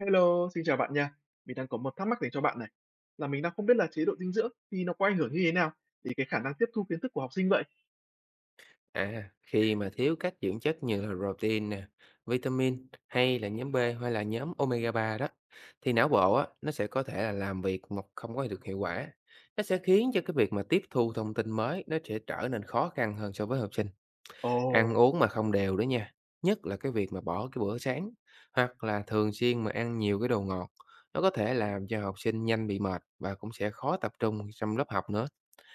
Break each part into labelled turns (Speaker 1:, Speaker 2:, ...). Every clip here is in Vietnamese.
Speaker 1: Hello, xin chào bạn nha. Mình đang có một thắc mắc dành cho bạn này. Là mình đang không biết là chế độ dinh dưỡng thì nó có ảnh hưởng như thế nào đến cái khả năng tiếp thu kiến thức của học sinh vậy?
Speaker 2: À, khi mà thiếu các dưỡng chất như là protein nè, vitamin hay là nhóm B hay là nhóm omega 3 đó thì não bộ á nó sẽ có thể là làm việc mà không có được hiệu quả. Nó sẽ khiến cho cái việc mà tiếp thu thông tin mới nó sẽ trở nên khó khăn hơn so với học sinh. Ăn
Speaker 1: Ồ,
Speaker 2: uống mà không đều đó nha, nhất là cái việc mà bỏ cái bữa sáng hoặc là thường xuyên mà ăn nhiều cái đồ ngọt, nó có thể làm cho học sinh nhanh bị mệt và cũng sẽ khó tập trung trong lớp học nữa.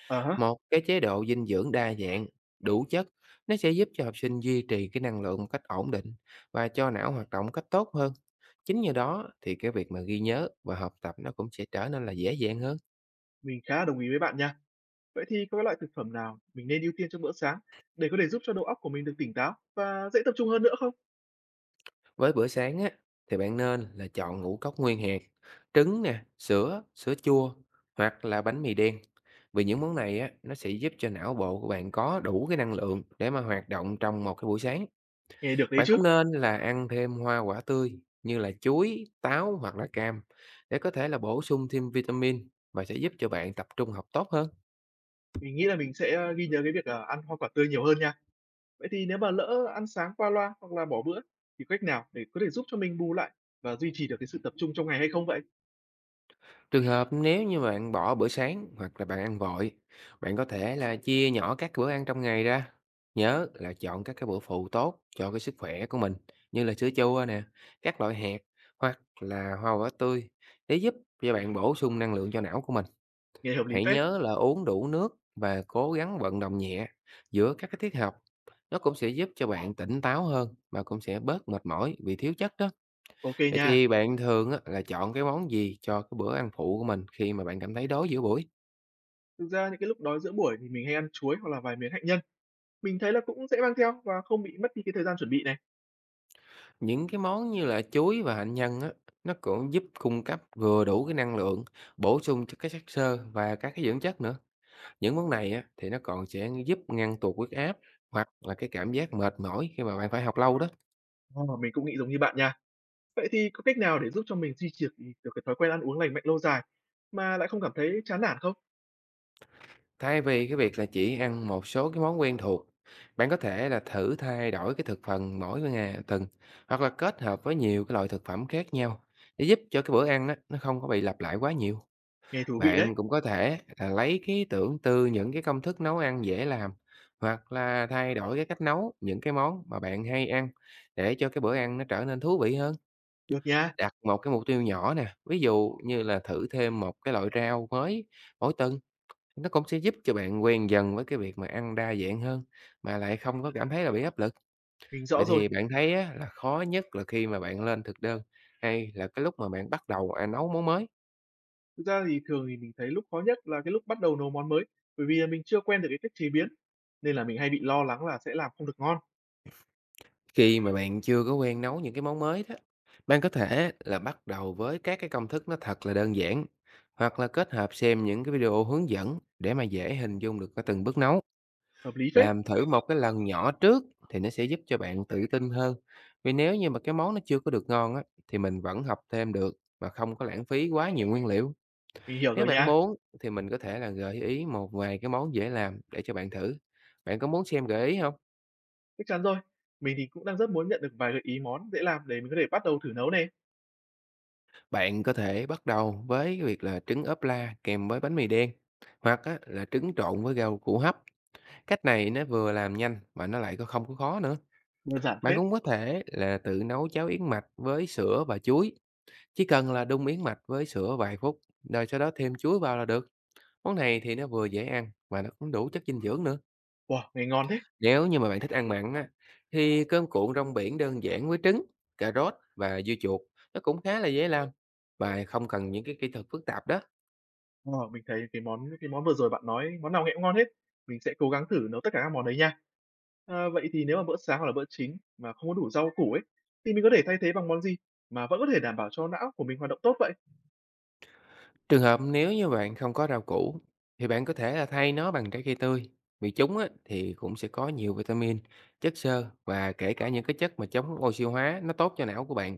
Speaker 1: à hả,
Speaker 2: Một cái chế độ dinh dưỡng đa dạng, đủ chất nó sẽ giúp cho học sinh duy trì cái năng lượng một cách ổn định và cho não hoạt động một cách tốt hơn. Chính nhờ đó thì cái việc mà ghi nhớ và học tập nó cũng sẽ trở nên là dễ dàng hơn.
Speaker 1: mình khá là đồng ý với bạn nha. Vậy thì có cái loại thực phẩm nào mình nên ưu tiên cho bữa sáng để có thể giúp cho đầu óc của mình được tỉnh táo và dễ tập trung hơn nữa không?
Speaker 2: Với bữa sáng á thì bạn nên là chọn ngũ cốc nguyên hạt, trứng nè, sữa, sữa chua hoặc là bánh mì đen. Vì những món này á nó sẽ giúp cho não bộ của bạn có đủ cái năng lượng để mà hoạt động trong một cái buổi sáng.
Speaker 1: Nghe được đấy
Speaker 2: Bạn cũng
Speaker 1: chứ.
Speaker 2: nên là ăn thêm hoa quả tươi như là chuối, táo hoặc là cam để có thể là bổ sung thêm vitamin và sẽ giúp cho bạn tập trung học tốt hơn.
Speaker 1: Mình nghĩ là mình sẽ ghi nhớ cái việc ăn hoa quả tươi nhiều hơn nha. Vậy thì nếu mà lỡ ăn sáng qua loa hoặc là bỏ bữa thì cách nào để có thể giúp cho mình bù lại và duy trì được cái sự tập trung trong ngày hay không vậy?
Speaker 2: Trường hợp nếu như bạn bỏ bữa sáng hoặc là bạn ăn vội, bạn có thể là chia nhỏ các bữa ăn trong ngày ra. Nhớ là chọn các cái bữa phụ tốt cho cái sức khỏe của mình như là sữa chua nè, các loại hạt hoặc là hoa quả tươi để giúp cho bạn bổ sung năng lượng cho não của mình.
Speaker 1: Nghe hợp lý
Speaker 2: Hãy
Speaker 1: phết.
Speaker 2: nhớ là uống đủ nước và cố gắng vận động nhẹ giữa các cái tiết học. Nó cũng sẽ giúp cho bạn tỉnh táo hơn và cũng sẽ bớt mệt mỏi vì thiếu chất đó.
Speaker 1: Ok
Speaker 2: Vậy
Speaker 1: nha.
Speaker 2: thì bạn thường á, là chọn cái món gì cho cái bữa ăn phụ của mình khi mà bạn cảm thấy đói giữa buổi?
Speaker 1: Thực ra những cái lúc đói giữa buổi thì mình hay ăn chuối hoặc là vài miếng hạnh nhân. Mình thấy là cũng dễ mang theo và không bị mất đi cái thời gian chuẩn bị này.
Speaker 2: Những cái món như là chuối và hạnh nhân á, nó cũng giúp cung cấp vừa đủ cái năng lượng, bổ sung cho cái chất xơ và các cái dưỡng chất nữa. Những món này á, thì nó còn sẽ giúp ngăn tụt huyết áp hoặc là cái cảm giác mệt mỏi khi mà bạn phải học lâu đó.
Speaker 1: Ờ, mình cũng nghĩ giống như bạn nha. Vậy thì có cách nào để giúp cho mình duy trì được cái thói quen ăn uống lành mạnh lâu dài mà lại không cảm thấy chán nản không?
Speaker 2: Thay vì cái việc là chỉ ăn một số cái món quen thuộc, bạn có thể là thử thay đổi cái thực phần mỗi ngày tuần hoặc là kết hợp với nhiều cái loại thực phẩm khác nhau để giúp cho cái bữa ăn á, nó không có bị lặp lại quá nhiều.
Speaker 1: Nghe thú vị đấy.
Speaker 2: Bạn cũng có thể là lấy cái ý tưởng từ những cái công thức nấu ăn dễ làm hoặc là thay đổi cái cách nấu những cái món mà bạn hay ăn để cho cái bữa ăn nó trở nên thú vị hơn.
Speaker 1: Được nha,
Speaker 2: Đặt một cái mục tiêu nhỏ nè, ví dụ như là thử thêm một cái loại rau mới mỗi tuần nó cũng sẽ giúp cho bạn quen dần với cái việc mà ăn đa dạng hơn, mà lại không có cảm thấy là bị áp lực.
Speaker 1: mình rõ
Speaker 2: Vậy
Speaker 1: rồi.
Speaker 2: thì bạn thấy á, là khó nhất là khi mà bạn lên thực đơn, hay là cái lúc mà bạn bắt đầu, nấu món mới?
Speaker 1: Thực ra thì thường thì mình thấy lúc khó nhất là cái lúc bắt đầu nấu món mới bởi vì là mình chưa quen được cái cách chế biến nên là mình hay bị lo lắng là sẽ làm không được ngon.
Speaker 2: Khi mà bạn chưa có quen nấu những cái món mới đó, bạn có thể là bắt đầu với các cái công thức nó thật là đơn giản, hoặc là kết hợp xem những cái video hướng dẫn để mà dễ hình dung được cái từng bước nấu.
Speaker 1: Hợp lý phết.
Speaker 2: Làm thử một cái lần nhỏ trước thì nó sẽ giúp cho bạn tự tin hơn. Vì nếu như mà cái món nó chưa có được ngon á, thì mình vẫn học thêm được mà không có lãng phí quá nhiều nguyên liệu.
Speaker 1: Mình hiểu
Speaker 2: Nếu
Speaker 1: rồi
Speaker 2: bạn
Speaker 1: nha.
Speaker 2: muốn thì mình có thể là gợi ý một vài cái món dễ làm để cho bạn thử. Bạn có muốn xem gợi ý không?
Speaker 1: Chắc chắn rồi. Mình thì cũng đang rất muốn nhận được vài gợi ý món dễ làm để mình có thể bắt đầu thử nấu này.
Speaker 2: Bạn có thể bắt đầu với cái việc là trứng ốp la kèm với bánh mì đen, hoặc á, là trứng trộn với rau củ hấp. Cách này nó vừa làm nhanh mà nó lại có không có khó nữa.
Speaker 1: Đơn giản
Speaker 2: Bạn
Speaker 1: phết.
Speaker 2: cũng có thể là tự nấu cháo yến mạch với sữa và chuối. Chỉ cần là đun miếng mạch với sữa vài phút, rồi sau đó thêm chuối vào là được. Món này thì nó vừa dễ ăn mà nó cũng đủ chất dinh dưỡng nữa.
Speaker 1: Wow, nghe ngon thế!
Speaker 2: Nếu như mà bạn thích ăn mặn á, thì cơm cuộn rong biển đơn giản với trứng, cà rốt và dưa chuột, nó cũng khá là dễ làm và không cần những cái kỹ thuật phức tạp đó.
Speaker 1: Ờ, mình thấy cái món vừa rồi bạn nói món nào nghe cũng ngon hết. Mình sẽ cố gắng thử nấu tất cả các món đấy nha. Ờ, vậy thì nếu mà bữa sáng hoặc là bữa chính mà không có đủ rau củ ấy, thì mình có thể thay thế bằng món gì mà vẫn có thể đảm bảo cho não của mình hoạt động tốt vậy?
Speaker 2: Trường hợp nếu như bạn không có rau củ thì bạn có thể là thay nó bằng trái cây tươi. Vì chúng á, thì cũng sẽ có nhiều vitamin, chất xơ và kể cả những cái chất mà chống oxy hóa nó tốt cho não của bạn.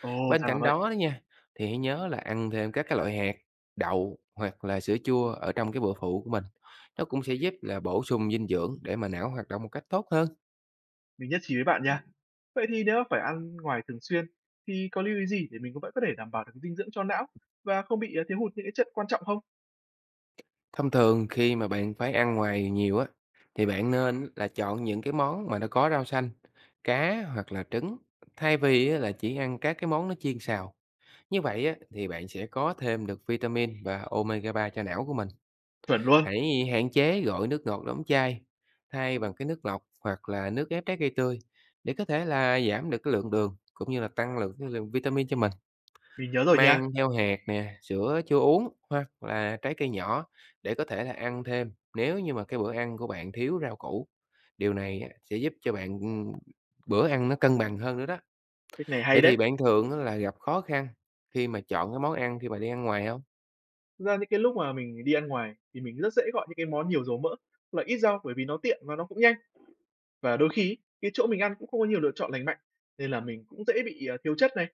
Speaker 1: Ồ,
Speaker 2: Bên
Speaker 1: ra là
Speaker 2: cạnh
Speaker 1: vậy,
Speaker 2: đó đó nha, thì hãy nhớ là ăn thêm các cái loại hạt, đậu hoặc là sữa chua ở trong cái bữa phụ của mình. Nó cũng sẽ giúp là bổ sung dinh dưỡng để mà não hoạt động một cách tốt hơn.
Speaker 1: mình nhất trí với bạn nha. Vậy thì nếu mà phải ăn ngoài thường xuyên thì có lưu ý gì để mình cũng vẫn có thể đảm bảo được cái dinh dưỡng cho não và không bị, thiếu hụt những cái chất quan trọng không?
Speaker 2: Thông thường khi mà bạn phải ăn ngoài nhiều á, thì bạn nên là chọn những cái món mà nó có rau xanh, cá hoặc là trứng, thay vì á là chỉ ăn các cái món nó chiên xào. Như vậy á, thì bạn sẽ có thêm được vitamin và omega 3 cho não của mình.
Speaker 1: Chuẩn luôn,
Speaker 2: Hãy hạn chế gọi nước ngọt đóng chai, thay bằng cái nước lọc hoặc là nước ép trái cây tươi để có thể là giảm được cái lượng đường cũng như là tăng lượng cái lượng vitamin cho mình.
Speaker 1: mình nhớ rồi nha.
Speaker 2: Mang theo hạt nè, sữa chưa uống hoặc là trái cây nhỏ để có thể là ăn thêm nếu như mà cái bữa ăn của bạn thiếu rau củ. Điều này á, sẽ giúp cho bạn, bữa ăn nó cân bằng hơn nữa đó.
Speaker 1: Cách này hay
Speaker 2: Vậy thì
Speaker 1: đấy!
Speaker 2: bạn thường á là gặp khó khăn khi mà chọn cái món ăn khi mà đi ăn ngoài không?
Speaker 1: Thực ra những cái lúc mà mình đi ăn ngoài thì mình rất dễ gọi những cái món nhiều dầu mỡ, hoặc là ít rau bởi vì nó tiện và nó cũng nhanh. Và đôi khi ấy, cái chỗ mình ăn cũng không có nhiều lựa chọn lành mạnh, nên là mình cũng dễ bị, à, thiếu chất này.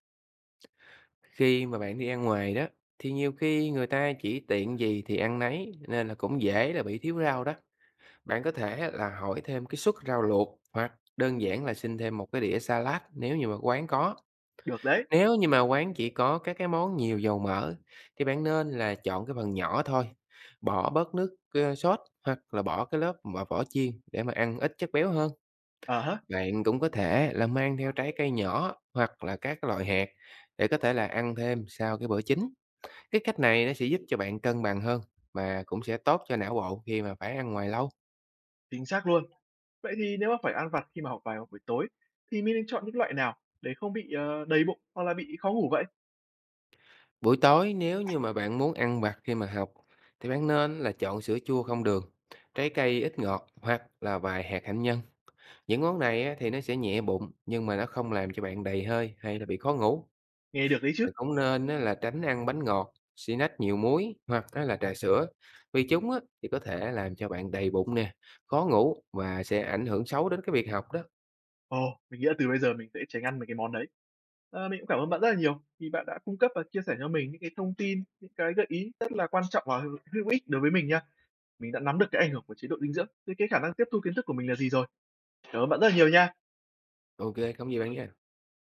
Speaker 2: Khi mà bạn đi ăn ngoài đó, thì nhiều khi người ta chỉ tiện gì thì ăn nấy, nên là cũng dễ là bị thiếu rau đó. Bạn có thể là hỏi thêm cái suất rau luộc hoặc đơn giản là xin thêm một cái đĩa salad nếu như mà quán có.
Speaker 1: Được đấy,
Speaker 2: Nếu như mà quán chỉ có các cái món nhiều dầu mỡ thì bạn nên là chọn cái phần nhỏ thôi. Bỏ bớt sốt hoặc là bỏ cái lớp mà vỏ chiên để mà ăn ít chất béo hơn.
Speaker 1: à hả,
Speaker 2: Bạn cũng có thể là mang theo trái cây nhỏ hoặc là các cái loại hạt để có thể là ăn thêm sau cái bữa chính. Cái cách này nó sẽ giúp cho bạn cân bằng hơn mà cũng sẽ tốt cho não bộ khi mà phải ăn ngoài lâu.
Speaker 1: chính xác luôn. Vậy thì nếu mà phải ăn vặt khi mà học bài vào buổi tối thì mình nên chọn những loại nào để không bị, đầy bụng hoặc là bị khó ngủ vậy?
Speaker 2: Buổi tối nếu như mà bạn muốn ăn vặt khi mà học thì bạn nên là chọn sữa chua không đường, trái cây ít ngọt hoặc là vài hạt hạnh nhân. Những món này á, thì nó sẽ nhẹ bụng nhưng mà nó không làm cho bạn đầy hơi hay là bị khó ngủ.
Speaker 1: Nghe được đấy chứ.
Speaker 2: Bạn cũng nên á, là tránh ăn bánh ngọt, snack nhiều muối hoặc á, là trà sữa vì chúng á, thì có thể làm cho bạn đầy bụng nè, khó ngủ và sẽ ảnh hưởng xấu đến cái việc học đó.
Speaker 1: Ồ, mình nghĩ là từ bây giờ mình sẽ tránh ăn mấy cái món đấy. Ờ, mình cũng cảm ơn bạn rất là nhiều vì bạn đã cung cấp và chia sẻ cho mình những cái thông tin, những cái gợi ý rất là quan trọng và hữu hữu ích đối với mình nha. Mình đã nắm được cái ảnh hưởng của chế độ dinh dưỡng, với cái khả năng tiếp thu kiến thức của mình là gì rồi. Cảm ơn bạn rất là nhiều nha.
Speaker 2: OK, không gì bạn nhé.